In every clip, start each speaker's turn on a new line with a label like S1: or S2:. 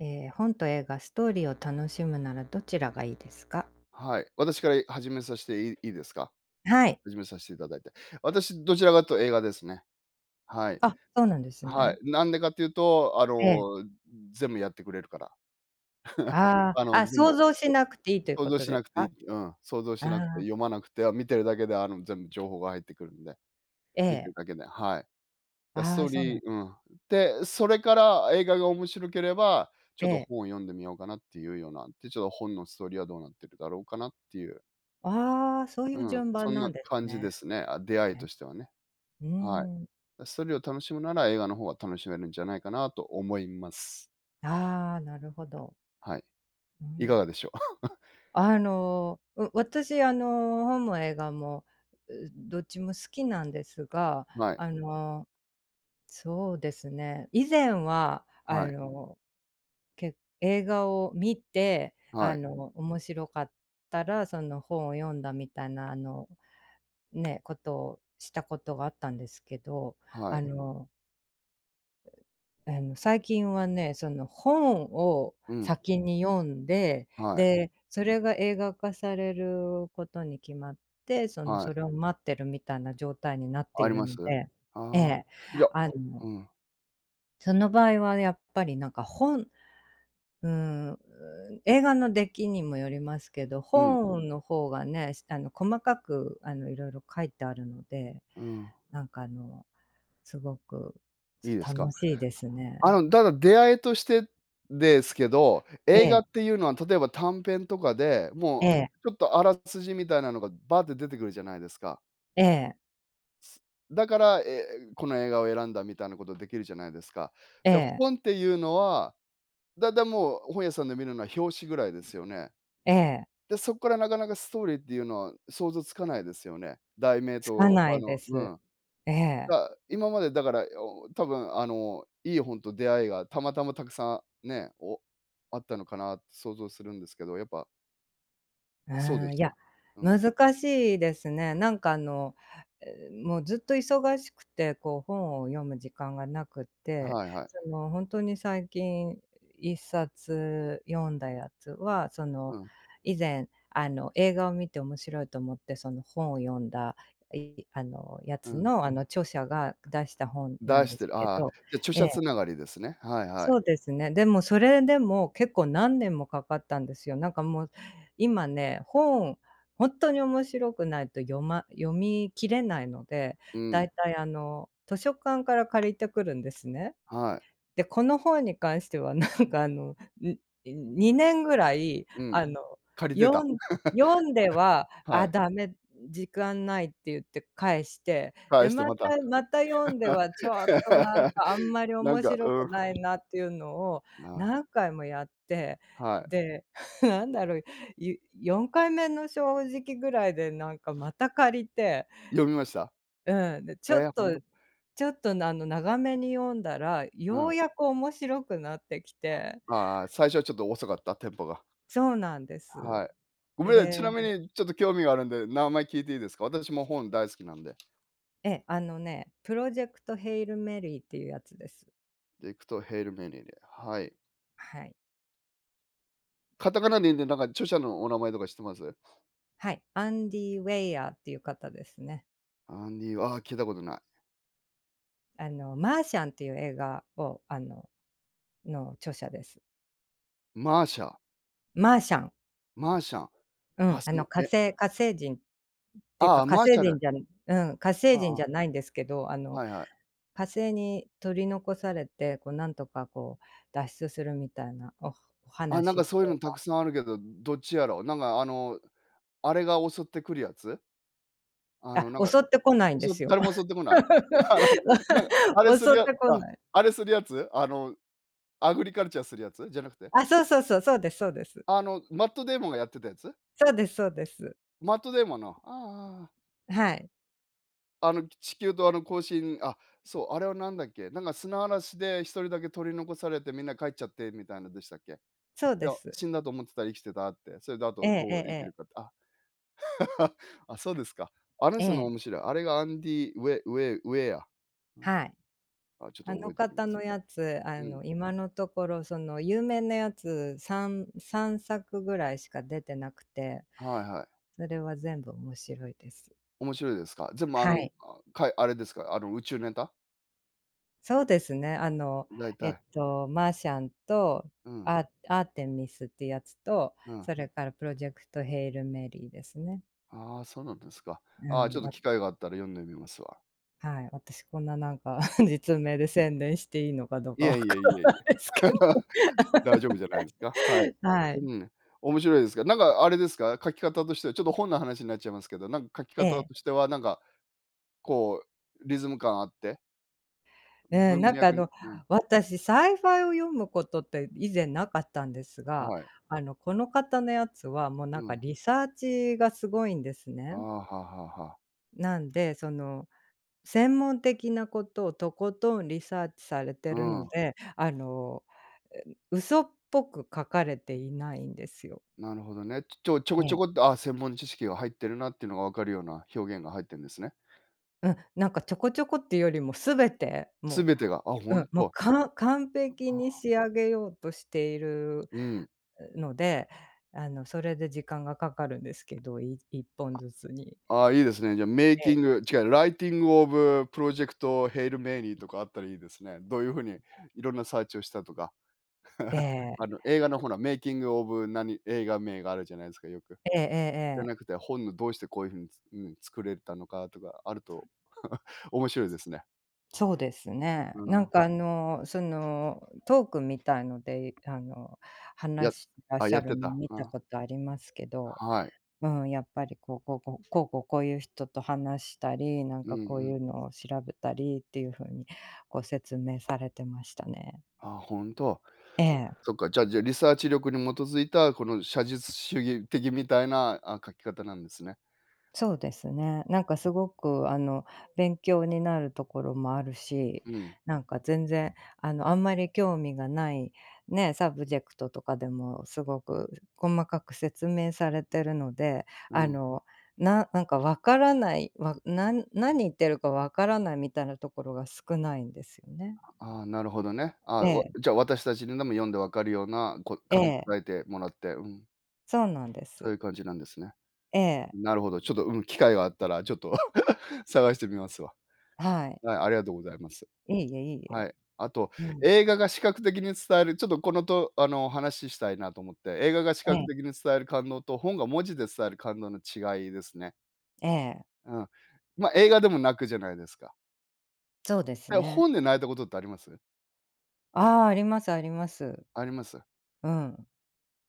S1: 本と映画、ストーリーを楽しむならどちらがいいですか？
S2: はい。私から始めさせていいですか？
S1: はい。
S2: 始めさせていただいて。私、どちらかというと映画ですね。はい。
S1: あ、そうなんです
S2: は
S1: ね。
S2: い。なんでかっていうと、
S1: ええ。
S2: 全部やってくれるから。
S1: ああ、あ、
S2: 全部
S1: 想
S2: お
S1: 像しなくていいという
S2: 想
S1: こ
S2: 像
S1: と
S2: し
S1: です
S2: なくてい
S1: か？
S2: いうん、想像し
S1: あ
S2: なくて、
S1: あ、
S2: 読まなくて、見てるだけで、全部情報が入ってくるんで、
S1: え
S2: 見てる
S1: え。
S2: だけで、はい。ス
S1: あ
S2: ト
S1: あ、
S2: ー
S1: そうな
S2: リ
S1: ん
S2: ーうん。で、それから映画が面白ければ、ち
S1: え
S2: ょっと
S1: え。
S2: 本を読んでみようかなっていうような、で、ちょっと本のストーリーはどうなってるだろうかなっていう。
S1: ああ、そういう
S2: うん、
S1: 順
S2: そ
S1: 番
S2: ん
S1: な
S2: な
S1: んです
S2: 感じ
S1: ね。
S2: ですね。あ、出会いと
S1: ね。
S2: してはね。
S1: うー
S2: はい。
S1: ん。
S2: ストーリーを楽しむなら、映画の方が楽しめるんじゃないかなと思います。
S1: ああ、なるほど。
S2: はい。
S1: う
S2: いか
S1: ん。
S2: がでしょ
S1: あの、私、あの、本も映画も、どっちも好きなんですが、
S2: う？はい、
S1: あの、そうですね、以前は、あ
S2: はい、
S1: の映画を見て、あ
S2: はい、
S1: の、面白かったら、その本を読んだみたいな、あの、ね、ことをしたことがあったんですけど、
S2: はい。
S1: あの、最近はね、その本を
S2: うん、
S1: 先に読んで、
S2: はい、
S1: で、それが映画化されることに決まって、その、
S2: はい。
S1: それを待ってるみたいな状態になって
S2: あ
S1: い
S2: り
S1: る
S2: ます？
S1: の
S2: あ
S1: でえ
S2: あ、
S1: え、
S2: じゃあ、
S1: あの、
S2: うん、
S1: その場合はやっぱりなんか本うーん、映画の出来にもよりますけど、
S2: うん、
S1: 本の方がね、あの、細かく、あの、色々書いてあるので、
S2: うん、
S1: なんか、あの、すごく、
S2: いいですか？
S1: 楽しいです
S2: あ
S1: ね。
S2: の、ただ出会いとしてですけど、
S1: え
S2: 映画
S1: え、
S2: っていうのは例えば短編とかで、
S1: え
S2: も
S1: え、
S2: うちょっとあらすじみたいなのがバーって出てくるじゃないですか。
S1: ええ、
S2: すだから、この映画を選んだみたいなことできるじゃないですか。
S1: え
S2: で、
S1: え、
S2: 本っていうのは、だいたいもう本屋さんで見るのは表紙ぐらいですよね。
S1: ええ、
S2: で、そこからなかなかストーリーっていうのは想像つかないですよね。題名
S1: つか
S2: と
S1: ないです。ええ。
S2: 今までだから、多分あの、いい本と出会いがたまたまたくさんね、あったのかなって想像するんですけど、やっぱ
S1: う
S2: そうで
S1: ーん、い
S2: し
S1: や、
S2: た。うん。
S1: 難しいですね。なんかあの、もうずっと忙しくて、こう本を読む時間がなくて、
S2: はいはい。
S1: その本当に最近一冊読んだやつは、そ
S2: う
S1: の
S2: ん、
S1: 以前あの映画を見て面白いと思って、その本を読んだ、あのや
S2: う
S1: つ
S2: ん。
S1: の、あの著者が出した本な
S2: 出
S1: ん
S2: し
S1: で
S2: て
S1: す
S2: る、
S1: け
S2: ああ、
S1: ど、
S2: じゃ、著
S1: え
S2: 者
S1: え。
S2: つながりですね。はいはい。
S1: そうですね。でもそれでも結構何年もかかったんですよ。なんかもう今ね、本、本当に面白くないと読み切れないので、
S2: う
S1: だ
S2: ん。
S1: いたいあの図書館から借りてくるんですね。
S2: はい。
S1: で、この本に関してはなんかあの、ん2年ぐらい、
S2: うん、
S1: あの、
S2: 借りて
S1: 読
S2: た。
S1: ん 読んでは、
S2: は
S1: あ、
S2: い。
S1: ダメ、時間ないって言って返して、
S2: 返
S1: で、
S2: して
S1: ま
S2: また。
S1: たまた読んではちょっとなんかあん まり
S2: なん
S1: 面
S2: か、
S1: 白
S2: う
S1: く
S2: ん。
S1: ないなっていうのを
S2: はい。
S1: 何回もやって、
S2: はい。
S1: で、なんだろう、4回目の正直ぐらいでなんかまた借りて
S2: 読みました？
S1: うん、で、
S2: ええ、ほんと。
S1: ちょっと、あの、長めに読んだら、
S2: う
S1: よ
S2: ん。
S1: うやく面白くなってきて
S2: ああ、最初はちょっと遅かった、テンポが。
S1: そうなんです。
S2: はい。ごめんなさい、
S1: で、
S2: ちなみにちょっと興味があるんで、名前聞いていいですか？私も本大好きなんで。
S1: ええ、あのね、プロジェクトヘイルメリーっていうやつです。
S2: で、行くとヘイルメニーで、はい。
S1: はい。
S2: カタカナでいいんで、なんか著者のお名前とか知ってます？
S1: はい、アンディ・ウェイヤーっていう方ですね。
S2: アンディは、あー聞いたことない。
S1: あの、マーシャンっていう映画を、の著者です。
S2: マーシャ、
S1: マーシャン、
S2: マーシャン、
S1: う
S2: あ、
S1: ん、あ
S2: そ
S1: の、
S2: の、え、
S1: 火星人っていう
S2: あ
S1: か、
S2: あ、マーシャル。
S1: 火
S2: あ
S1: 星人じゃ
S2: あ、
S1: ないんですけど、あの
S2: はいはい。
S1: 火星に取り残されて、こうなんとかこう脱出するみたいなお
S2: あ、なん
S1: 話
S2: かそういうのたくさんあるけど、どっちやろう。あれが襲ってくるやつ？あ
S1: あ、
S2: のなんか、
S1: 襲ってこないんですよ。
S2: 誰も襲ってこない？あの、なんか、あれする
S1: 襲っ
S2: や
S1: てこ
S2: あ、
S1: ない。
S2: あれするやつ？あの、アグリカルチャーするやつ？じゃなくて？
S1: あ、そうそうそう、そうですそうです。
S2: あの、マットデーモンがやってたやつ？
S1: そうですそうです。
S2: マットデーモンの、ああ
S1: はい、
S2: の地球とあの交信。そう、あれはなんだっけ？なんか砂嵐で一人だけ取り残されてみんな帰っちゃってみたいなのでしたっけ？で、
S1: そうです。
S2: 死んだと思ってたら生きてたって、それであ
S1: え
S2: と
S1: え
S2: ど
S1: ええ
S2: う
S1: え
S2: 生きる
S1: え。
S2: かって。あ あ、そうですか。あの
S1: え
S2: 人の
S1: え、
S2: 面白い。あれがアンディ・ウェア。うん。
S1: はい。
S2: あ、ちょっ
S1: あ
S2: と覚
S1: の
S2: えておきま
S1: 方
S2: す。
S1: のやつ、あ
S2: うん。
S1: の、今のところその有名なやつ3作ぐらいしか出てなくて、
S2: はいはい。
S1: それは全部面白いです。
S2: 面白いですか？全部あの、
S1: はい。
S2: あ、あれですか？あの、宇宙ネタ？
S1: そうですね。あの、
S2: 大体。
S1: マーシャンと、
S2: うん、
S1: アーテミスってやつと、
S2: うん。
S1: それからプロジェクトヘイルメリーですね。
S2: ああ、そうなんですか。
S1: う
S2: ああ、ちょ
S1: ん、
S2: っと機会があったら読んでみますわ。
S1: はい、私こんななんか 実名で宣伝していいのかどう
S2: い
S1: かわ
S2: えい
S1: か
S2: えいえいえ。
S1: らないですけど。
S2: 大丈夫じゃないですか。はい。
S1: はい。
S2: うん。面白いですか？なんかあれですか？書き方としては、ちょっと本の話になっちゃいますけど、なんか書き
S1: え
S2: 方
S1: え。
S2: としては、なんかこうリズム感あって、
S1: ええ、
S2: 文
S1: なんかあ
S2: 脈に
S1: の、
S2: うん、
S1: 私サイファイを読むことって以前なかったんですが、
S2: はい。
S1: あの、この方のやつはもうなん
S2: う
S1: か
S2: ん。
S1: リサーチがすごいんです
S2: ああ、
S1: ね。
S2: はあはあはあ。
S1: なんで、その専門的なことをとことんリサーチされて
S2: う
S1: るの
S2: ん、
S1: で、あの、え、嘘っぽく書かれていないんですよ。
S2: なるほどね。ちょこ
S1: え
S2: ちょ
S1: え。
S2: こっと、あ、専門知識が入ってるなっていうのが分かるような表現が入ってんですね。
S1: うん、なんかちょこちょこっていうよりも全て、
S2: す
S1: も
S2: べてが、あ、
S1: う、
S2: ほ
S1: う
S2: ん
S1: ん、もう
S2: と。
S1: か完璧に
S2: あ、
S1: 仕上げようとしている
S2: うん。
S1: ので、あの、それで時間がかかるんですけど、1本ずつに。
S2: ああ、いいですね。じゃあ、メイ
S1: え
S2: キン
S1: え。
S2: グ違う、ライティングオブプロジェクトヘイルメイニーとかあったらいいですね。どういうふうにいろんなサーチをしたとか。
S1: え え。
S2: あの、映画のほら、メイキングオブ何映画名があるじゃないですか、よく。
S1: えええ
S2: じゃ
S1: え
S2: なく
S1: え。
S2: て、本のどうしてこういうふうに、うん、作れたのかとかあると 面白いですね。
S1: そうですね。
S2: う
S1: なん
S2: ん。
S1: かあの、そのトークみたいので、あの、
S2: や
S1: 話してらっし
S2: や
S1: ゃ
S2: っ
S1: る
S2: て
S1: の
S2: た。
S1: 見た
S2: あ、
S1: ことありますけど、
S2: はい。
S1: うん、やっぱりいう人と話したり、なん
S2: うん
S1: か
S2: う
S1: こう
S2: ん。
S1: いうのを調べたりっていう風に、こう説明されてましたね。
S2: あ、ほんと。
S1: ええ。
S2: そっか、じゃあ、リサーチ力に基づいた、この写実主義的みたいな、あ、書き方なんですね。
S1: そうですね。なんかすごくあの、勉強になるところもあるし、
S2: うん、
S1: なんか全然あの、あんまり興味がないね、サブジェクトとかでもすごく細かく説明されてるので、
S2: う
S1: あ
S2: ん。
S1: の、なんかわからない、わなん何言ってるかわからないみたいなところが少ないんですよね。
S2: ああ、なるほどね。あ
S1: え
S2: あ、
S1: え、
S2: じゃあ、私たちにでも読んでわかるような、こう
S1: え
S2: 噛み砕
S1: え、
S2: いてもらって、うん、
S1: そうなんで
S2: そう
S1: す。
S2: いう感じなんですね。
S1: ええ、
S2: なるほど、ちょっと、うん、機会があったら、ちょっと 探してみますわ。
S1: はい。
S2: はい、ありがとうございます。
S1: いいえいい
S2: は
S1: え。
S2: い。あと、
S1: うん。
S2: 映画が視覚的に伝える、ちょっとこのとあの、話したいなと思って、映画が視
S1: え
S2: 覚的
S1: え、
S2: に伝える感動と、本が文字で伝える感動の違いですね。
S1: ええ、
S2: うん。まあ、映画でも泣くじゃないですか。
S1: そうです
S2: え、
S1: ね。
S2: 本で泣いたことってあります？
S1: ああ、ありますあります。
S2: あります？
S1: うん。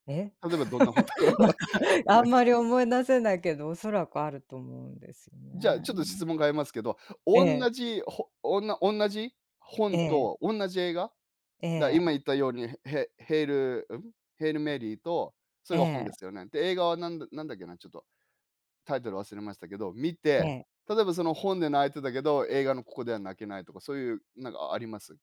S1: え
S2: 例えばどんな本と
S1: なんか、
S2: か。
S1: あんまり思い出せないけど、おそらくあると思うんですよ
S2: じゃあ、
S1: ね。
S2: ちょっと質問変えますけど、
S1: え
S2: 同
S1: え、
S2: じほおんな同じ
S1: え
S2: 本
S1: え、
S2: と同じ映画、
S1: え
S2: 今
S1: え、
S2: 言ったように、ヘイルん？ヘイルメリーと、そ
S1: え
S2: れが本で
S1: え、
S2: すよね。で、映画はなんだなんだっけな、ちょっとタイトル忘れましたけど、見
S1: え
S2: て、
S1: え。
S2: 例えばその本で泣いてたけど、映画のここでは泣けないとか、そういうなんかあります？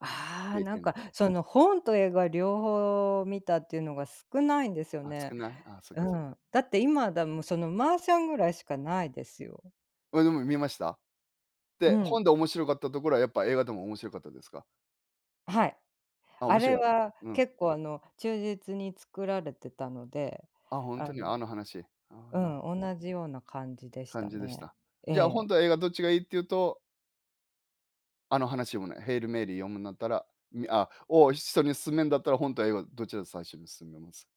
S1: ああ、
S2: 経
S1: なん
S2: 験っ
S1: か、
S2: て。
S1: その、本と映画両方見たっていうのが少ないんですよ
S2: あ、少
S1: ね。
S2: ない？あ、そっ
S1: う
S2: かそっか。
S1: ん。だって今だもう、その、マーシャンぐらいしかないですよ。
S2: ま、でも見ました？
S1: う
S2: で、
S1: ん。
S2: 本で面白かったところはやっぱ映画でも面白かったですか？
S1: はい。
S2: あ、
S1: あ
S2: 面
S1: れ
S2: 白かっ
S1: は
S2: た。うん。
S1: 結構、あの、忠実に作られてたので、
S2: あ、ほん
S1: あ
S2: とに
S1: の
S2: あの話。ああ、
S1: うん、同じような感じでし
S2: 感
S1: た
S2: じでし
S1: ね。
S2: た。
S1: え
S2: じゃあ、本
S1: え。
S2: と映画どっちがいいっていうと、あの話読むね、ヘイルメリー読むんだったら、みあ、を人に勧めんだったら本と映画どちらを最初に勧めます？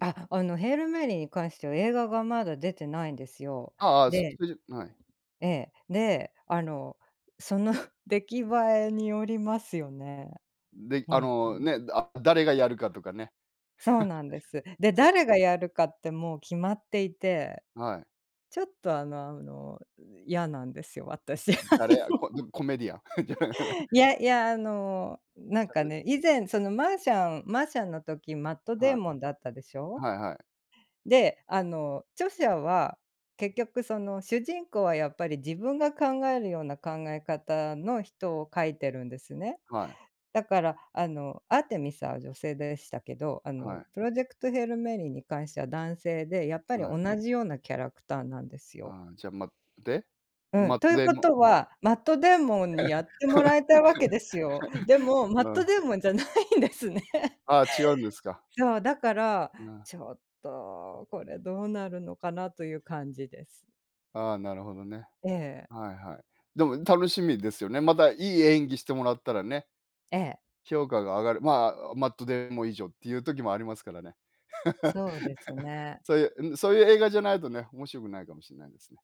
S1: あ、あの、ヘールメリーに関しては映画がまだ出てないんですよ。
S2: ああ、
S1: で
S2: それじゃはい。
S1: ええ、で、あの、その 出来栄えによりますよね、
S2: で、あ
S1: 本当、
S2: の
S1: に。
S2: ね、あ、誰がやるかとかね。
S1: そうなんです。で、
S2: そ
S1: 誰がやるかってもう決まっていて、
S2: う、はい。
S1: ちょっとあの、嫌なんですよ、私。
S2: 誰やこ でもコメディアン。じゃあ、
S1: いやいや、あの、なん
S2: ちゃん
S1: か
S2: と
S1: ね、以前そのマーシャンの時、マット・デー
S2: はい。
S1: モンだったでしょ？
S2: はいはい
S1: で、あの、著者は結局その主人公はやっぱり自分が考えるような考え方の人を書いてるんですね。
S2: はい。
S1: だから、あの、アーテミスは女性でしたけど、あ
S2: は
S1: の、
S2: い。
S1: プロジェクト・ヘル・メリーに関しては男性で、やっぱり
S2: はい。
S1: 同じようなキャラクターなんですよ。
S2: ああ、じゃあ、で、
S1: うん、
S2: マッ
S1: と
S2: ト
S1: いう
S2: デイ
S1: こ
S2: モ
S1: と
S2: ン
S1: は、マット・デーモンにやってもらいたいわけですよ。でも、マ
S2: う
S1: ット・
S2: ん。
S1: デーモンじゃないんですね。
S2: ああ、違うんですか。
S1: そう、だから、
S2: うん。
S1: ちょっとこれどうなるのかなという感じです。
S2: ああ、なるほどね。
S1: ええ。
S2: はいはい。でも楽しみですよね。またいい演技してもらったらね、
S1: ええ。
S2: 評価が上がる、まあ、マットデイモン以上っていう時もありますからね。
S1: そう ですね。
S2: そういう、ん、そういう映画じゃないとね、面白くないかもしれないですね。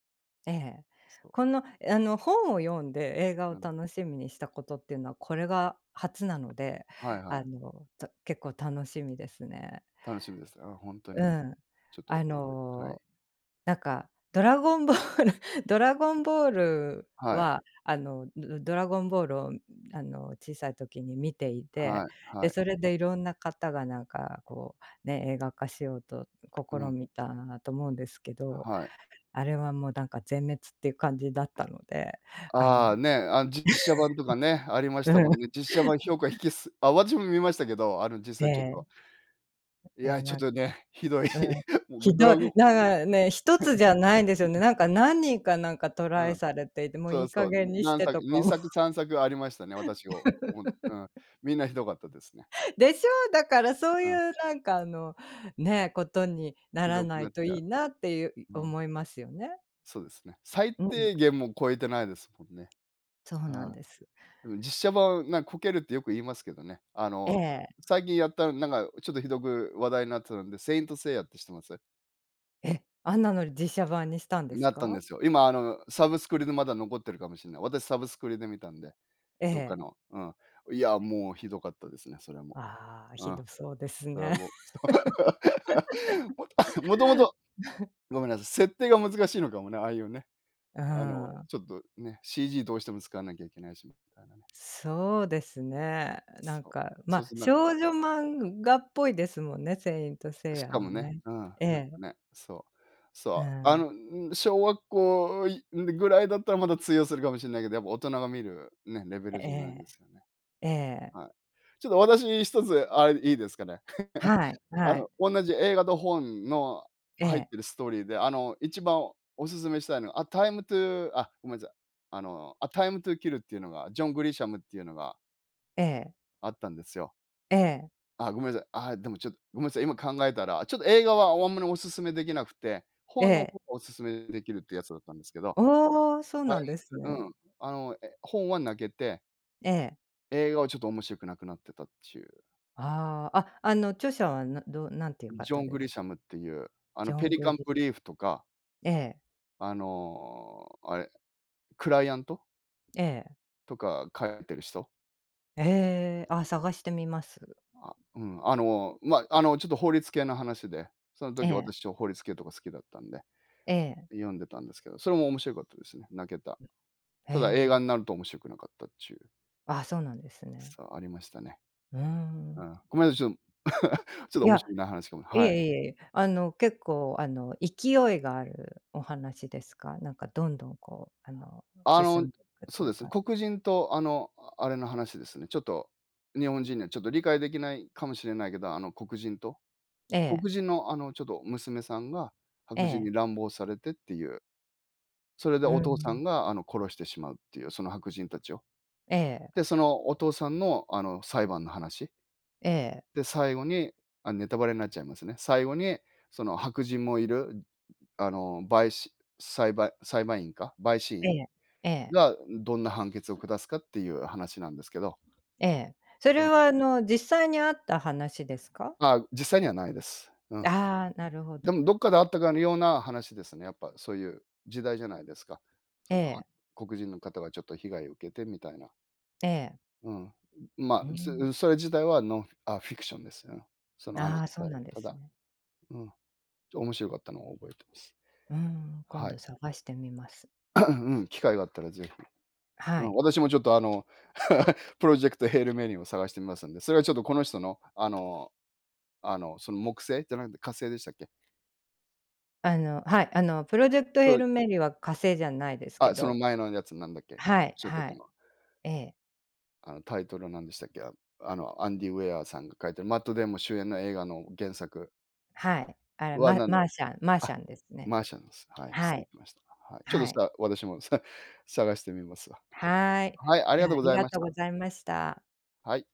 S1: ええ。
S2: そう。
S1: この、あの、本を読んで映画
S2: う
S1: を
S2: ん。
S1: 楽しみにしたことっていうのは、これが初なので、
S2: はいはい。
S1: あの、結構楽しみですね。
S2: 楽しみです。あ本当
S1: う
S2: に。
S1: ん。
S2: ちょっと
S1: あ
S2: はい。
S1: の、ドラゴンボール ドラゴンボール
S2: はい。
S1: は、あの、ドラゴンボールを、あの、小さい時に見てい
S2: はい
S1: て、で、
S2: はい。
S1: それでいろんな方がなんかこう、ね、映画化しようと試
S2: うん、
S1: みたと思うんですけど
S2: はい。
S1: あれはもうなんか全滅っていう感じだったので、あの
S2: ああ、ね、あの実写版とかね、ありまし
S1: う
S2: たも
S1: ん。
S2: んね。実写版 評価引きす私も見ましたけど、実際ちょっと、
S1: で、
S2: いや、
S1: え、
S2: ちょっ
S1: なん
S2: とね、ひどい。
S1: うん。
S2: もう
S1: ひ
S2: ド
S1: ど
S2: ラ
S1: い、
S2: ゴン
S1: なんかね、1つじ ゃないんですよね。なんか何人かなんかト
S2: う
S1: ライ
S2: ん、
S1: されていて、もういい加
S2: そう、
S1: 減にし
S2: 何
S1: て
S2: 作
S1: とか思
S2: 2作3作ありましたね、私をおみんなひどかったですね。
S1: でしょ？だからそう
S2: う
S1: い
S2: ん、
S1: うなんかあの、ね、ことにな
S2: ひ
S1: ら
S2: どく
S1: な
S2: な
S1: い
S2: っち
S1: と
S2: ゃ
S1: い
S2: う。
S1: いなっていう
S2: うん、
S1: 思いますよね。
S2: そうですね。最
S1: うん、
S2: 低限も超えてないですもんね。
S1: そう
S2: う
S1: なん
S2: ん
S1: です。
S2: うん、実写版、こけるってよく言いますけどね。
S1: ええ、
S2: 最近やった、なんかちょっとひどく話題になってたんで、セイントセイヤって知ってます？
S1: あんなの実写版にしたんです
S2: なったん
S1: か？
S2: ですよ。今サブスクリでまだ残ってるかもしれない。私サブスクリで見たんで、
S1: え
S2: どっか
S1: え。
S2: の、うん。いや、もうひどかったですね、それも。
S1: ああ、
S2: う
S1: ひ
S2: ん、
S1: どそうです
S2: ドラ
S1: ね。
S2: ゴ ン もと もともとごめんなさい、設定が難しいのかもね、ああいうね、
S1: うん。
S2: ちょっとね、CG どうしても使わなきゃいけないしみたいなね。
S1: そうですね。なん
S2: そう。
S1: か、ま
S2: そう
S1: あ、
S2: するとなん
S1: 少女漫画っぽいですもんね、セイントセイ
S2: し
S1: ヤ
S2: か
S1: は
S2: もね、
S1: ね。
S2: うん、
S1: え
S2: なんか
S1: え、
S2: ね、そう。
S1: う
S2: そう、
S1: ん。
S2: 小学校いぐらいだったらまだ通用するかもしれないけど、やっぱ大人が見るね、レベル
S1: え
S2: じゃないで
S1: え、
S2: すよね。
S1: ええ。
S2: はい。ちょっと私一つあれいいですかね。
S1: はい、はい。
S2: 同じ映画と本の
S1: え
S2: 入っ
S1: え、
S2: てるストーリーで、一番おすすめしたいのが、あ、タイムトゥーあ、ごめんなさい。タイムトゥーキルっていうのが、ジョン・グリシャムっていうのが
S1: ええ、
S2: あったんですよ。
S1: ええ、
S2: あ、ごめんなさい。あ、でもちょっと、ごめんなさい、今考えたら、ちょっと映画はあんまりおすすめできなくて、
S1: え
S2: 本の方
S1: え。
S2: がおすすめできるってやつだったんですけど、
S1: おお、そう
S2: はい
S1: なんです
S2: う
S1: ね。
S2: ん、本は泣けて、
S1: ええ。
S2: 映画はちょっと面白くなくなってたっていう。
S1: ああ、あ、あの、著者は、どうなんていう
S2: ジョ
S1: 方
S2: ン・グ
S1: です
S2: リ
S1: か？
S2: シャムっていう、
S1: ジョ
S2: ペ
S1: ン
S2: リ
S1: グ
S2: カン・
S1: リ
S2: ブリーフとか、
S1: ええ、
S2: あの、あれ、クライアント
S1: ええ。
S2: とか書いてる人。
S1: ええ、あ、探してみます。
S2: あ、うん、あの、ま、あの、ちょっと法律系の話で、その
S1: え
S2: 時
S1: え、
S2: 私ちょ法律系とか好きだったんで、
S1: ええ、
S2: 読んでたんですけど、それも面白かったですね、泣けた。
S1: へ
S2: ただ映
S1: え。
S2: 画になると面白くなかったっちゅう、
S1: あ、そうなんですね。
S2: さあありましたね。
S1: うー
S2: う
S1: ん。
S2: ん。ごめんなさい、ちょっと ちょっと
S1: い
S2: 面
S1: や
S2: 白くない話かも。
S1: い
S2: はい。
S1: えいえいえ、あの、結構、あの、勢いがあるお話ですか？なんかどんどんこう、あの、
S2: あ
S1: 進
S2: の、
S1: んでいくと
S2: そう
S1: い
S2: で
S1: う
S2: すね、
S1: か。
S2: 黒人とあれの話ですね。ちょっと、日本人にはちょっと理解できないかもしれないけど、あの黒人と、
S1: え
S2: 黒
S1: え、
S2: 人のあのちょっと娘さんが
S1: え
S2: 白人
S1: え、
S2: に乱暴されてっていう、それで
S1: う
S2: お父さ
S1: ん、
S2: んがあの殺してしまうっていう、その白人たちを。
S1: ええ、
S2: で、そのお父さんのあの裁判の話。
S1: ええ、
S2: で、最後に、あ、ネタバレになっちゃいますね。最後に、その白人もいる、陪審裁判裁判員か、陪審
S1: え
S2: 員
S1: え、ええ、
S2: がどんな判決を下すかっていう話なんですけど、
S1: ええ。そ
S2: う
S1: れ
S2: ん。
S1: はあの、実際にあった話ですか？
S2: あ、実際にはないです。うん。
S1: ああ、なるほ
S2: で
S1: ど。
S2: もどっかであったかのような話ですね。やっぱそういう時代じゃないですか。そ
S1: え
S2: の、は
S1: え、
S2: 黒人の方がちょっと被害を受けてみたいな。
S1: ええ、
S2: うん。
S1: う
S2: まあ、
S1: ん。
S2: それ自体はノンあ、フィクションです。うん。その話
S1: ああ、
S2: 自
S1: そう
S2: 体は。
S1: なんで
S2: た
S1: す
S2: だ、
S1: ね。
S2: うん、面白かったのを覚えてます。
S1: うん、今
S2: はい。
S1: 度探してみます。
S2: うんうん、機会があったらぜひ。う
S1: は
S2: ん、
S1: い。
S2: 私もちょっとプロジェクトヘールメリーを探してみますんで、それはちょっとこの人の、その木星じゃなくて火星でしたっけ？
S1: あのはい、あの、プロジェクト
S2: プ
S1: ヘー
S2: ロ
S1: ルメリーは火星じゃないですけ
S2: あ、その
S1: ど、
S2: 前のやつなんだっけ？おっ
S1: はい、
S2: しゃって
S1: は
S2: た
S1: い、
S2: のは。
S1: ええ。
S2: あのタイトルなんでしたっけ？あアンディ・ウェアさんが書いてるマット・デイモン主演の映画の原作
S1: はい。あれ、
S2: は
S1: マーシャンですね。
S2: マーシャンです。はい、
S1: は
S2: 失礼
S1: い。
S2: しました。はい。ちょっと
S1: はい。
S2: さ私もさ探してみますわ。
S1: はい。
S2: はい、ありがとう
S1: あ
S2: ご
S1: り
S2: ざい
S1: が
S2: まし
S1: とう
S2: た。
S1: ございました。
S2: はい。